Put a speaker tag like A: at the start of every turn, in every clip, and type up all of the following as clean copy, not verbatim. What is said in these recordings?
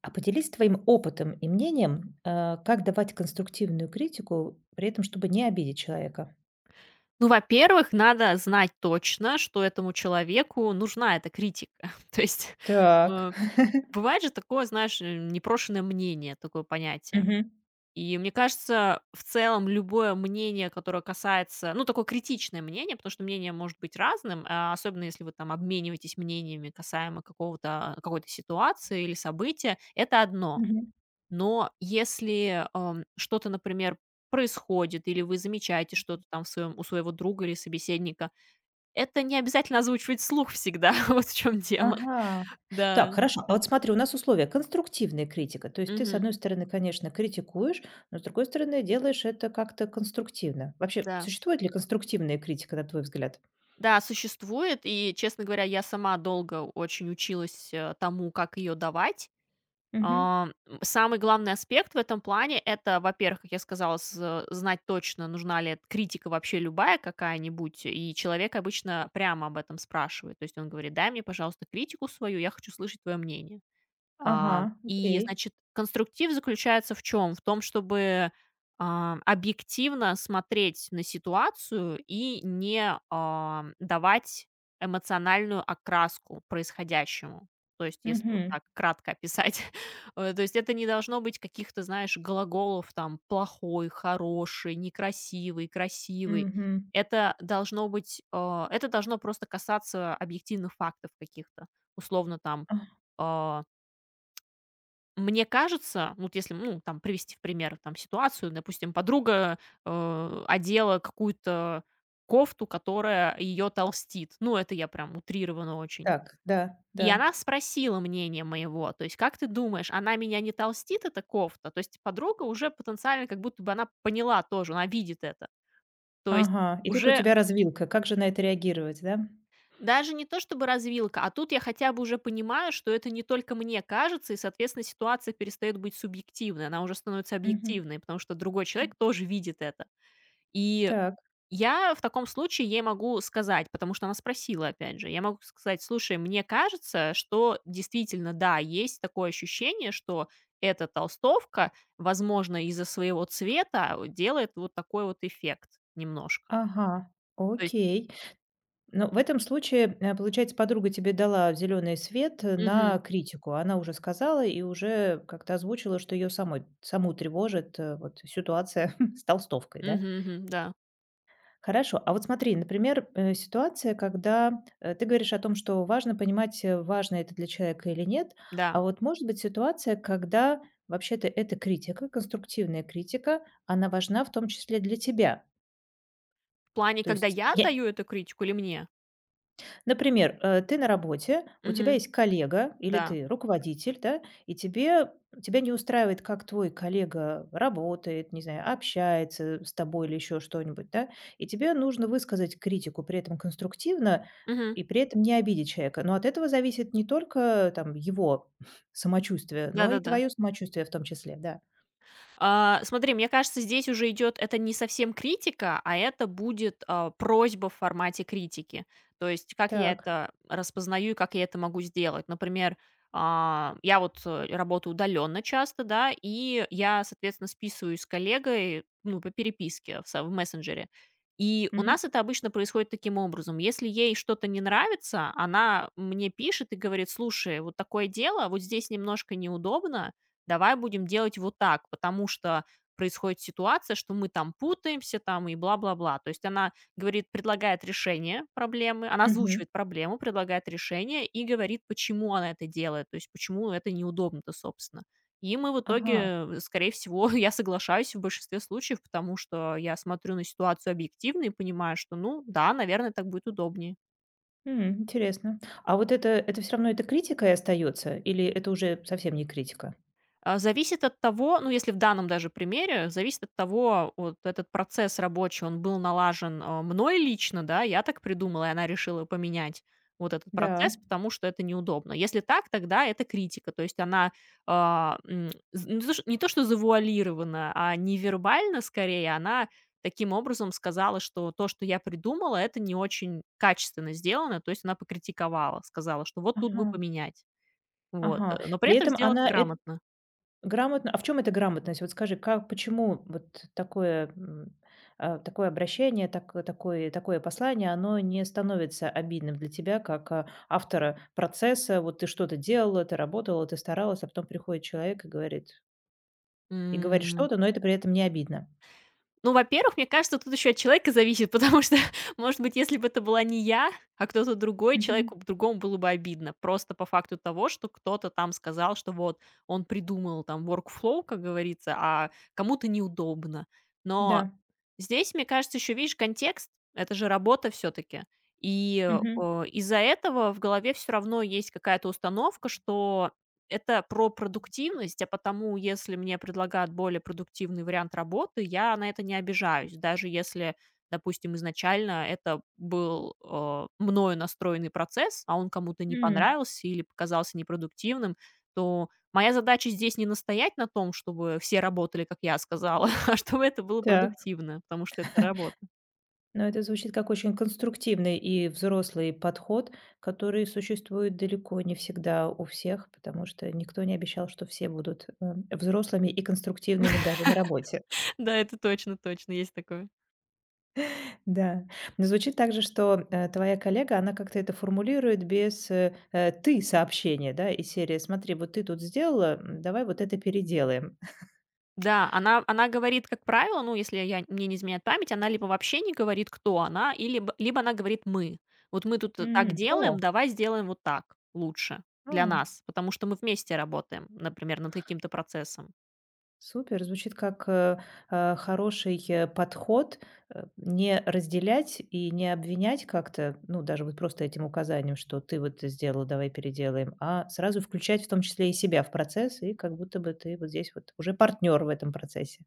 A: А поделись твоим опытом и мнением, как давать конструктивную критику, при этом чтобы не обидеть человека.
B: Ну, во-первых, надо знать точно, что этому человеку нужна эта критика. То есть,
A: Так.
B: э, бывает же такое, знаешь, непрошеное мнение, такое понятие.
A: Мгм.
B: И мне кажется, в целом любое мнение, которое касается, ну, такое критичное мнение, потому что мнение может быть разным, а особенно если вы там обмениваетесь мнениями касаемо какого-то какой-то ситуации или события, это одно.
A: Мгм.
B: Но если, что-то, например, происходит или вы замечаете что-то там в своем у своего друга или собеседника, это не обязательно озвучивать вслух всегда. Вот в чем дело.
A: Ага.
B: Да.
A: Так, хорошо. А вот смотри, у нас условия: конструктивная критика. То есть ты, с
B: Мгм.
A: одной стороны, конечно, критикуешь, но с другой стороны, делаешь это как-то конструктивно. Вообще,
B: Да.
A: существует ли конструктивная критика, на твой взгляд?
B: Да, существует. И, честно говоря, я сама долго очень училась, тому, как ее давать.
A: Мгм.
B: Самый главный аспект в этом плане — это, во-первых, как я сказала, з знать точно, нужна ли эт критика вообще, любая какая-нибудь, и человек обычно прямо об этом спрашивает. То есть он говорит: «Дай мне, пожалуйста, критику свою, я хочу слышать твое мнение».
A: Ага,
B: И,
A: окей.
B: значит, конструктив заключается в чем? В том, чтобы, объективно смотреть на ситуацию и не, давать эмоциональную окраску происходящему. То есть, если вот
A: Мгм.
B: так кратко описать, то есть это не должно быть каких-то, знаешь, глаголов там: плохой, хороший, некрасивый, красивый.
A: Мгм.
B: Это должно быть, это должно просто касаться объективных фактов каких-то. Условно там,
A: А,
B: а мне кажется, ну, вот если, ну, там привести в пример там ситуацию, допустим, подруга, одела какую-то кофту, которая ее толстит. Ну, это я прям утрированно очень.
A: так, да,
B: И
A: да.
B: она спросила мнение моего, то есть: «Как ты думаешь, она меня не толстит, эта кофта?» То есть подруга уже потенциально как будто бы она поняла тоже, она видит это. То есть
A: Ага. И тут у
B: уже
A: тебя развилка. Как же на это реагировать, да?
B: Даже не то чтобы развилка, а тут я хотя бы уже понимаю, что это не только мне кажется, и, соответственно, ситуация перестает быть субъективной, она уже становится
A: Мгм.
B: объективной, потому что другой человек тоже видит это. И
A: Так,
B: я в таком случае ей могу сказать, потому что она спросила, опять же, я могу сказать, слушай, мне кажется, что действительно, да, есть такое ощущение, что эта толстовка, возможно, из-за своего цвета делает вот такой вот эффект немножко.
A: ага,
B: То есть,
A: окей. Но в этом случае, получается, подруга тебе дала зеленый свет на
B: мгм,
A: критику. Она уже сказала и уже как-то озвучила, что ее самой саму тревожит, вот ситуация с толстовкой, да?
B: мгм, мгм, да,
A: Хорошо. А вот смотри, например, ситуация, когда, ты говоришь о том, что важно понимать, важно это для человека или нет. А
B: да.
A: вот может быть ситуация, когда вообще-то эта критика, конструктивная критика, она важна в том числе для тебя.
B: В плане,
A: То
B: когда
A: есть
B: я
A: я
B: отдаю эту критику или мне?
A: Например, ты на работе, у тебя
B: Мгм.
A: есть коллега или
B: Да.
A: ты руководитель, да, и тебя не устраивает, как твой коллега работает, не знаю, общается с тобой или еще что-нибудь, да, и тебе нужно высказать критику при этом конструктивно
B: Мгм.
A: и при этом не обидеть человека. Но от этого зависит не только там его самочувствие, но и
B: Да-да-да.
A: твое самочувствие в том числе, да.
B: Смотри, мне кажется, здесь уже идет это не совсем критика, а это будет просьба в формате критики. То есть, как я
A: Так.
B: это распознаю и как я это могу сделать. Например, я вот работаю удаленно часто, да, и я, соответственно, списываюсь с коллегой, ну, по переписке в мессенджере. И у
A: Мгм.
B: нас это обычно происходит таким образом. Если ей что-то не нравится, она мне пишет и говорит, слушай, вот такое дело, вот здесь немножко неудобно, давай будем делать вот так, потому что происходит ситуация, что мы там путаемся там и бла-бла-бла. То есть она говорит, предлагает решение проблемы, она
A: Мгм.
B: озвучивает проблему, предлагает решение и говорит, почему она это делает, то есть почему это неудобно-то, собственно. И мы в
A: Ага.
B: итоге, скорее всего, я соглашаюсь в большинстве случаев, потому что я смотрю на ситуацию объективно и понимаю, что, ну да, наверное, так будет удобнее.
A: М, интересно. А вот это все равно это критика и остается, или это уже совсем не критика?
B: А, зависит от того, ну, если в данном даже примере, зависит от того, вот этот процесс рабочий, он был налажен, мной лично, да, я так придумала, и она решила поменять вот этот
A: Да,
B: процесс, потому что это неудобно. Если так, тогда это критика. То есть она, а, м, з не то ш не то что завуалирована, а невербально скорее она таким образом сказала, что то, что я придумала, это не очень качественно сделано. То есть она покритиковала, сказала, что вот тут
A: ага,
B: бы поменять. Вот,
A: ага.
B: но при
A: При
B: этом
A: этом
B: сделала
A: она это
B: грамотно.
A: грамотно. В чем эта грамотность? Вот скажи, как почему вот такое, такое обращение, такое такое послание, оно не становится обидным для тебя как, автора процесса? Вот ты что-то делала, ты работала, ты старалась, а потом приходит человек и говорит
B: М,
A: что-то, но это при этом не обидно.
B: ну, во-первых, мне кажется, тут еще от человека зависит, потому что, может быть, если бы это была не я, а кто-то другой,
A: Мгм.
B: человеку другому было бы обидно. Просто по факту того, что кто-то там сказал, что вот он придумал там workflow, как говорится, а кому-то неудобно. Но
A: Да.
B: Здесь, мне кажется, еще, видишь, контекст. Это же работа все-таки. И
A: Мгм.
B: из-за этого в голове все равно есть какая-то установка, что это про продуктивность, а потому, если мне предлагают более продуктивный вариант работы, я на это не обижаюсь, даже если, допустим, изначально это был мною настроенный процесс, а он кому-то не
A: М.
B: понравился или показался непродуктивным, то: Моя задача здесь не настоять на том, чтобы все работали, как я сказала, а чтобы это было
A: Так.
B: продуктивно, потому что это работа.
A: Но это звучит как очень конструктивный и взрослый подход, который существует далеко не всегда у всех, потому что никто не обещал, что все будут взрослыми и конструктивными даже на работе.
B: Да, это точно, точно, есть такое.
A: Да. Но звучит также, что твоя коллега, она как-то это формулирует без «ты» сообщения, да, из серии «смотри, вот ты тут сделала, м, давай вот это переделаем».
B: Да, она говорит, как правило, ну, если я мне не изменяет память, она либо вообще не говорит, кто она, и либо она говорит: «Мы». Вот мы тут так
A: М,
B: делаем,
A: о,
B: давай сделаем вот так лучше для
A: о.
B: нас, потому что мы вместе работаем, например, над каким-то процессом.
A: Супер, звучит как, хороший, подход, не разделять и не обвинять как-то, ну, даже вот просто этим указанием, что ты вот это сделала, давай переделаем, а сразу включать в том числе и себя в процесс, и как будто бы ты вот здесь вот уже партнер в этом процессе.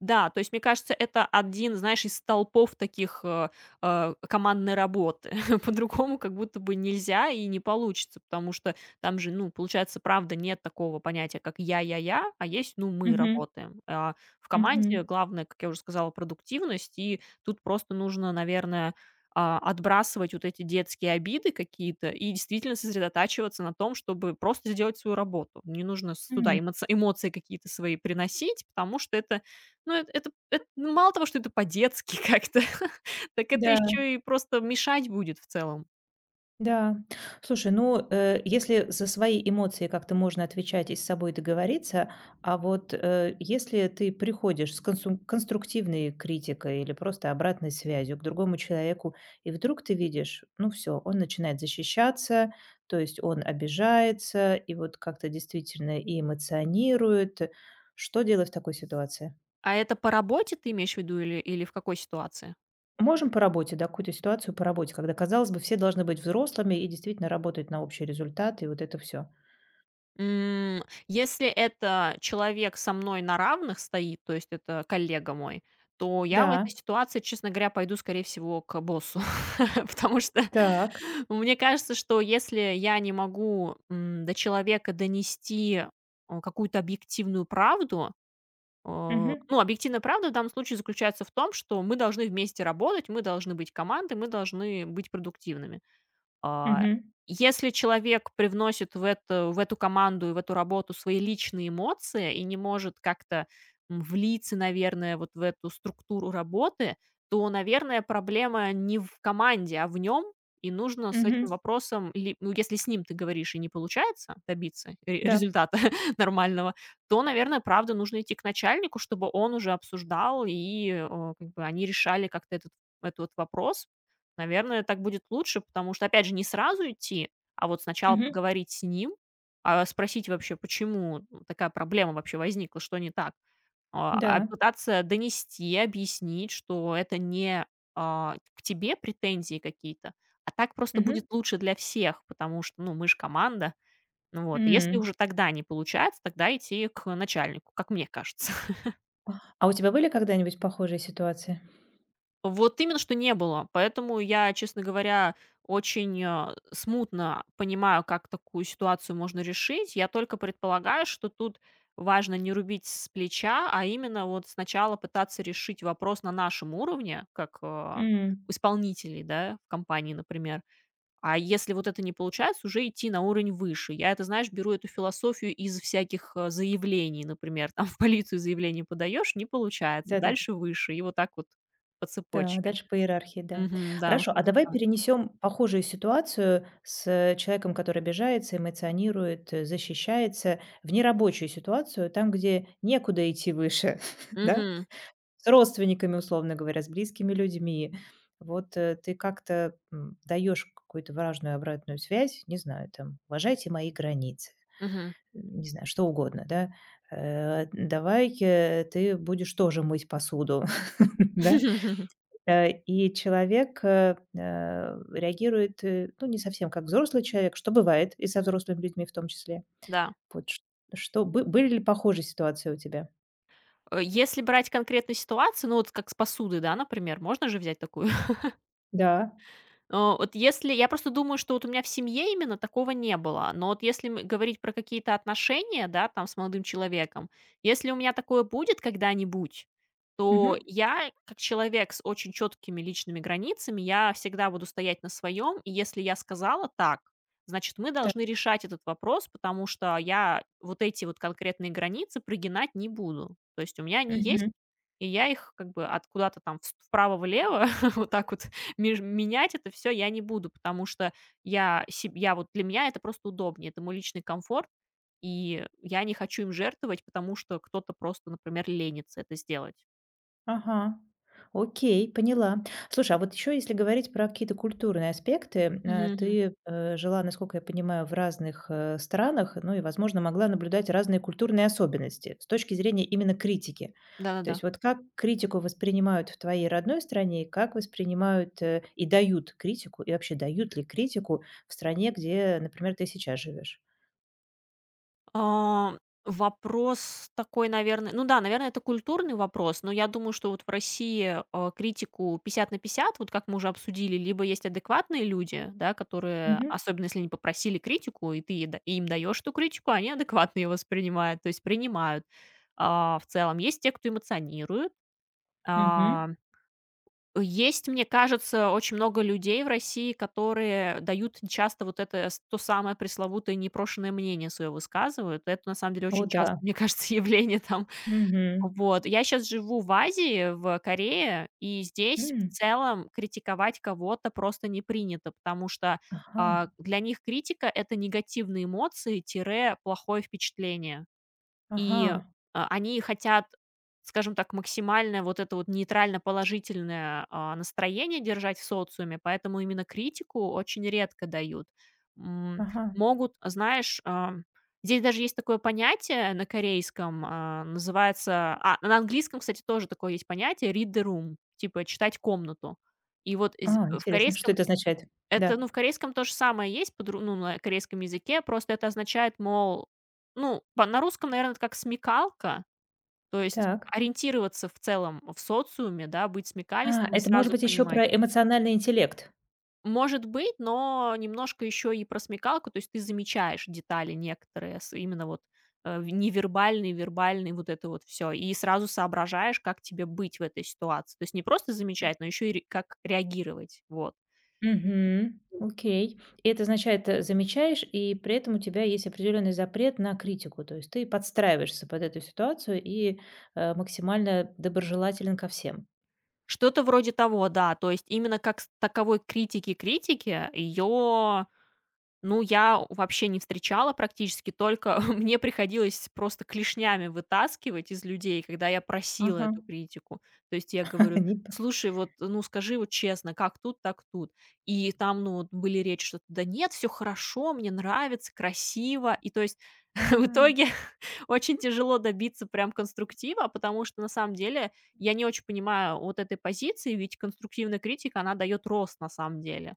B: Да, то есть, мне кажется, это один, знаешь, из столпов таких, командной работы. По-другому как будто бы нельзя и не получится, потому что там же, ну, получается, правда, нет такого понятия, как я», а есть, ну, мы
A: Мгм,
B: работаем. А в
A: мгм,
B: команде главное, как я уже сказала, продуктивность, и тут просто нужно, наверное, отбрасывать вот эти детские обиды какие-то и действительно сосредотачиваться на том, чтобы просто сделать свою работу. Не нужно с туда
A: м.
B: эмоции какие-то свои приносить, потому что это ну, эт это эт ну, мало того, что это по-детски как-то, так это
A: Да.
B: еще и просто мешать будет в целом.
A: Да. Слушай, ну, если за свои эмоции как-то можно отвечать и с собой договориться, а вот, если ты приходишь с консу конструктивной критикой или просто обратной связью к другому человеку, и вдруг ты видишь, ну, все, он начинает защищаться, то есть он обижается и вот как-то действительно и эмоционирует. Что делать в такой ситуации?
B: А это по работе ты имеешь в виду, или в какой ситуации?
A: Можем по работе, да, какую-то ситуацию по работе, когда, казалось бы, все должны быть взрослыми и действительно работать на общий результат, и вот это все.
B: М, если это человек со мной на равных стоит, то есть это коллега мой, то я в
A: Да,
B: этой ситуации, честно говоря, пойду, скорее всего, к боссу. Потому что
A: так.
B: мне кажется, что если я не могу, до человека донести, какую-то объективную правду.
A: Мгм,
B: Ну, объективная правда в данном случае заключается в том, что мы должны вместе работать, мы должны быть командой, мы должны быть продуктивными. А,
A: мгм,
B: если человек привносит в это в эту команду и в эту работу свои личные эмоции и не может как-то, влиться, наверное, вот в эту структуру работы, то, наверное, проблема не в команде, а в нем. И нужно с этим
A: мгм.
B: вопросом ли ну, если с ним, ты говоришь, и не получается добиться ре
A: Да,
B: результата нормального, то, наверное, правда, нужно идти к начальнику, чтобы он уже обсуждал и, как бы они решали как-то этот вот вопрос. Наверное, так будет лучше, потому что, опять же, не сразу идти, а вот сначала
A: мгм,
B: поговорить с ним, спросить вообще, почему ну, такая проблема вообще возникла, что не так.
A: да,
B: Пытаться донести, объяснить, что это не, к тебе претензии какие-то, а так просто будет
A: мгм,
B: лучше для всех, потому что, ну, мы ж команда. Ну вот, и если
A: м.
B: уже тогда не получается, тогда идти к начальнику, как мне кажется.
A: А у тебя были когда-нибудь похожие ситуации?
B: Вот именно, что не было. Поэтому я, честно говоря, очень, смутно понимаю, как такую ситуацию можно решить. Я только предполагаю, что тут важно не рубить с плеча, а именно вот сначала пытаться решить вопрос на нашем уровне, как,
A: М.
B: исполнителей, да, в компании, например. А если вот это не получается, уже идти на уровень выше. Я это, знаешь, беру эту философию из всяких заявлений, например, там в полицию заявление подаешь, не получается,
A: Да-да,
B: дальше выше, и вот так вот по
A: да,
B: цепочке.
A: дальше по иерархии, да.
B: Мгм, да, вот
A: Хорошо,
B: что
A: а давай
B: такое.
A: перенесем похожую ситуацию с, человеком, который обижается, эмоционирует, защищается, в нерабочую ситуацию, там, где некуда идти выше, да?
B: Мгм,
A: С родственниками, условно говоря, с близкими людьми. Вот, ты как-то, м, даёшь какую-то важную обратную связь, не знаю, там: "Уважайте мои границы",
B: мгм.
A: не знаю, что угодно, да. "Давай, ты будешь тоже мыть посуду", да. И человек, реагирует, ну, не совсем как взрослый человек, что бывает и со взрослыми людьми в том числе.
B: Да.
A: Вот ш что бы были ли похожие ситуации у тебя?
B: Если брать конкретную ситуацию, ну вот как с посудой, да, например, можно же взять такую.
A: Да.
B: Вот если я просто думаю, что вот у меня в семье именно такого не было, но вот если мы говорить про какие-то отношения, да, там с молодым человеком, если у меня такое будет когда-нибудь, то
A: Мгм.
B: я, как человек с очень четкими личными границами, я всегда буду стоять на своем, и если я сказала так, значит, мы
A: Да.
B: должны решать этот вопрос, потому что я вот эти вот конкретные границы прогинать не буду. То есть у меня они есть, и я их как бы от куда-то там вправо-влево, вот так вот меж менять это все я не буду, потому что я вот для меня это просто удобнее, это мой личный комфорт, и я не хочу им жертвовать, потому что кто-то просто, например, ленится это сделать.
A: Ага. Окей, поняла. Слушай, а вот еще если говорить про какие-то культурные аспекты,
B: Мгм, мгм.
A: ты, жила, насколько я понимаю, в разных, странах, ну и, возможно, могла наблюдать разные культурные особенности с точки зрения именно критики. То
B: Да-да-да.
A: есть вот как критику воспринимают в твоей родной стране, и как воспринимают, и дают критику, и вообще дают ли критику в стране, где, например, ты сейчас живешь?
B: А, вопрос такой, наверное, ну да, наверное, это культурный вопрос, но я думаю, что вот в России, критику 50 на пятьдесят, вот как мы уже обсудили, либо есть адекватные люди, да, которые,
A: Мгм.
B: особенно если они попросили критику, и ты и им даешь эту критику, они адекватно ее воспринимают, то есть принимают. В целом есть те, кто эмоционирует,
A: Мгм.
B: а, есть, мне кажется, очень много людей в России, которые дают часто вот это то самое пресловутое непрошенное мнение свое высказывают. Это на самом деле
A: О
B: очень часто,
A: да.
B: мне кажется, явление там.
A: Мгм.
B: Вот. Я сейчас живу в Азии, в Корее, и здесь в
A: М.
B: целом критиковать кого-то просто не принято, потому что
A: Ага.
B: для них критика — это негативные эмоции, тире плохое впечатление. И,
A: Ага.
B: они хотят, скажем так, максимальное вот это вот нейтрально-положительное, настроение держать в социуме, поэтому именно критику очень редко дают. М,
A: Ага.
B: могут, знаешь, здесь даже есть такое понятие на корейском, называется на английском, кстати, тоже такое есть понятие read the room, типа читать комнату. И вот из
A: А,
B: в
A: интересно, что
B: корейском
A: это означает?
B: это,
A: Да,
B: ну, в корейском то же самое есть, подру ну, на корейском языке, просто это означает, мол, ну, по на русском, наверное, это как смекалка, то есть
A: так.
B: ориентироваться в целом в социуме, да, быть
A: А,
B: смекалистым и
A: это может
B: сразу
A: быть еще
B: понимать.
A: про эмоциональный интеллект.
B: Может быть, но немножко еще и про смекалку, то есть ты замечаешь детали некоторые, с именно вот, невербальные, вербальные, вот это вот все, и сразу соображаешь, как тебе быть в этой ситуации. То есть не просто замечать, но еще и ре как реагировать, вот.
A: Мгм. Окей. И это означает, замечаешь, и при этом у тебя есть определенный запрет на критику. То есть ты подстраиваешься под эту ситуацию и, максимально доброжелателен ко всем.
B: Что-то вроде того, да. То есть именно как с таковой критики-критики ее, ну, я вообще не встречала практически, только мне приходилось просто клешнями вытаскивать из людей, когда я просила
A: Ага.
B: эту критику. То есть я говорю:
A: Не п
B: «Слушай, вот, ну, скажи вот честно, как тут, так тут». И там, ну, вот были речи, что: «Да нет, все хорошо, мне нравится, красиво». И то есть
A: А,
B: в итоге очень тяжело добиться прям конструктива, потому что на самом деле я не очень понимаю вот этой позиции, ведь конструктивная критика, она дает рост на самом деле.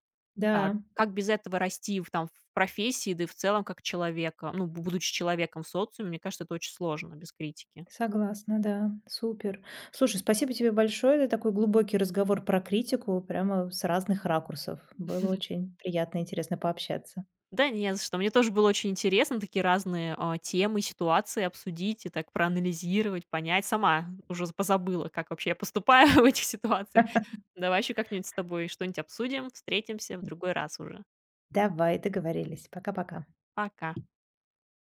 B: А
A: да,
B: как без этого расти в, там, в профессии, да и в целом как человека, ну, будучи человеком в социуме, мне кажется, это очень сложно без критики.
A: согласна, да, супер. Слушай, спасибо тебе большое. Это такой глубокий разговор про критику прямо с разных ракурсов. Было очень приятно и интересно пообщаться.
B: Да не за что. Мне тоже было очень интересно такие разные темы, ситуации обсудить и так проанализировать, понять. Сама уже позабыла, как вообще я поступаю в этих ситуациях. Давай еще как-нибудь с тобой что-нибудь обсудим, встретимся в другой раз уже.
A: Давай, договорились. Пока-пока.
B: Пока.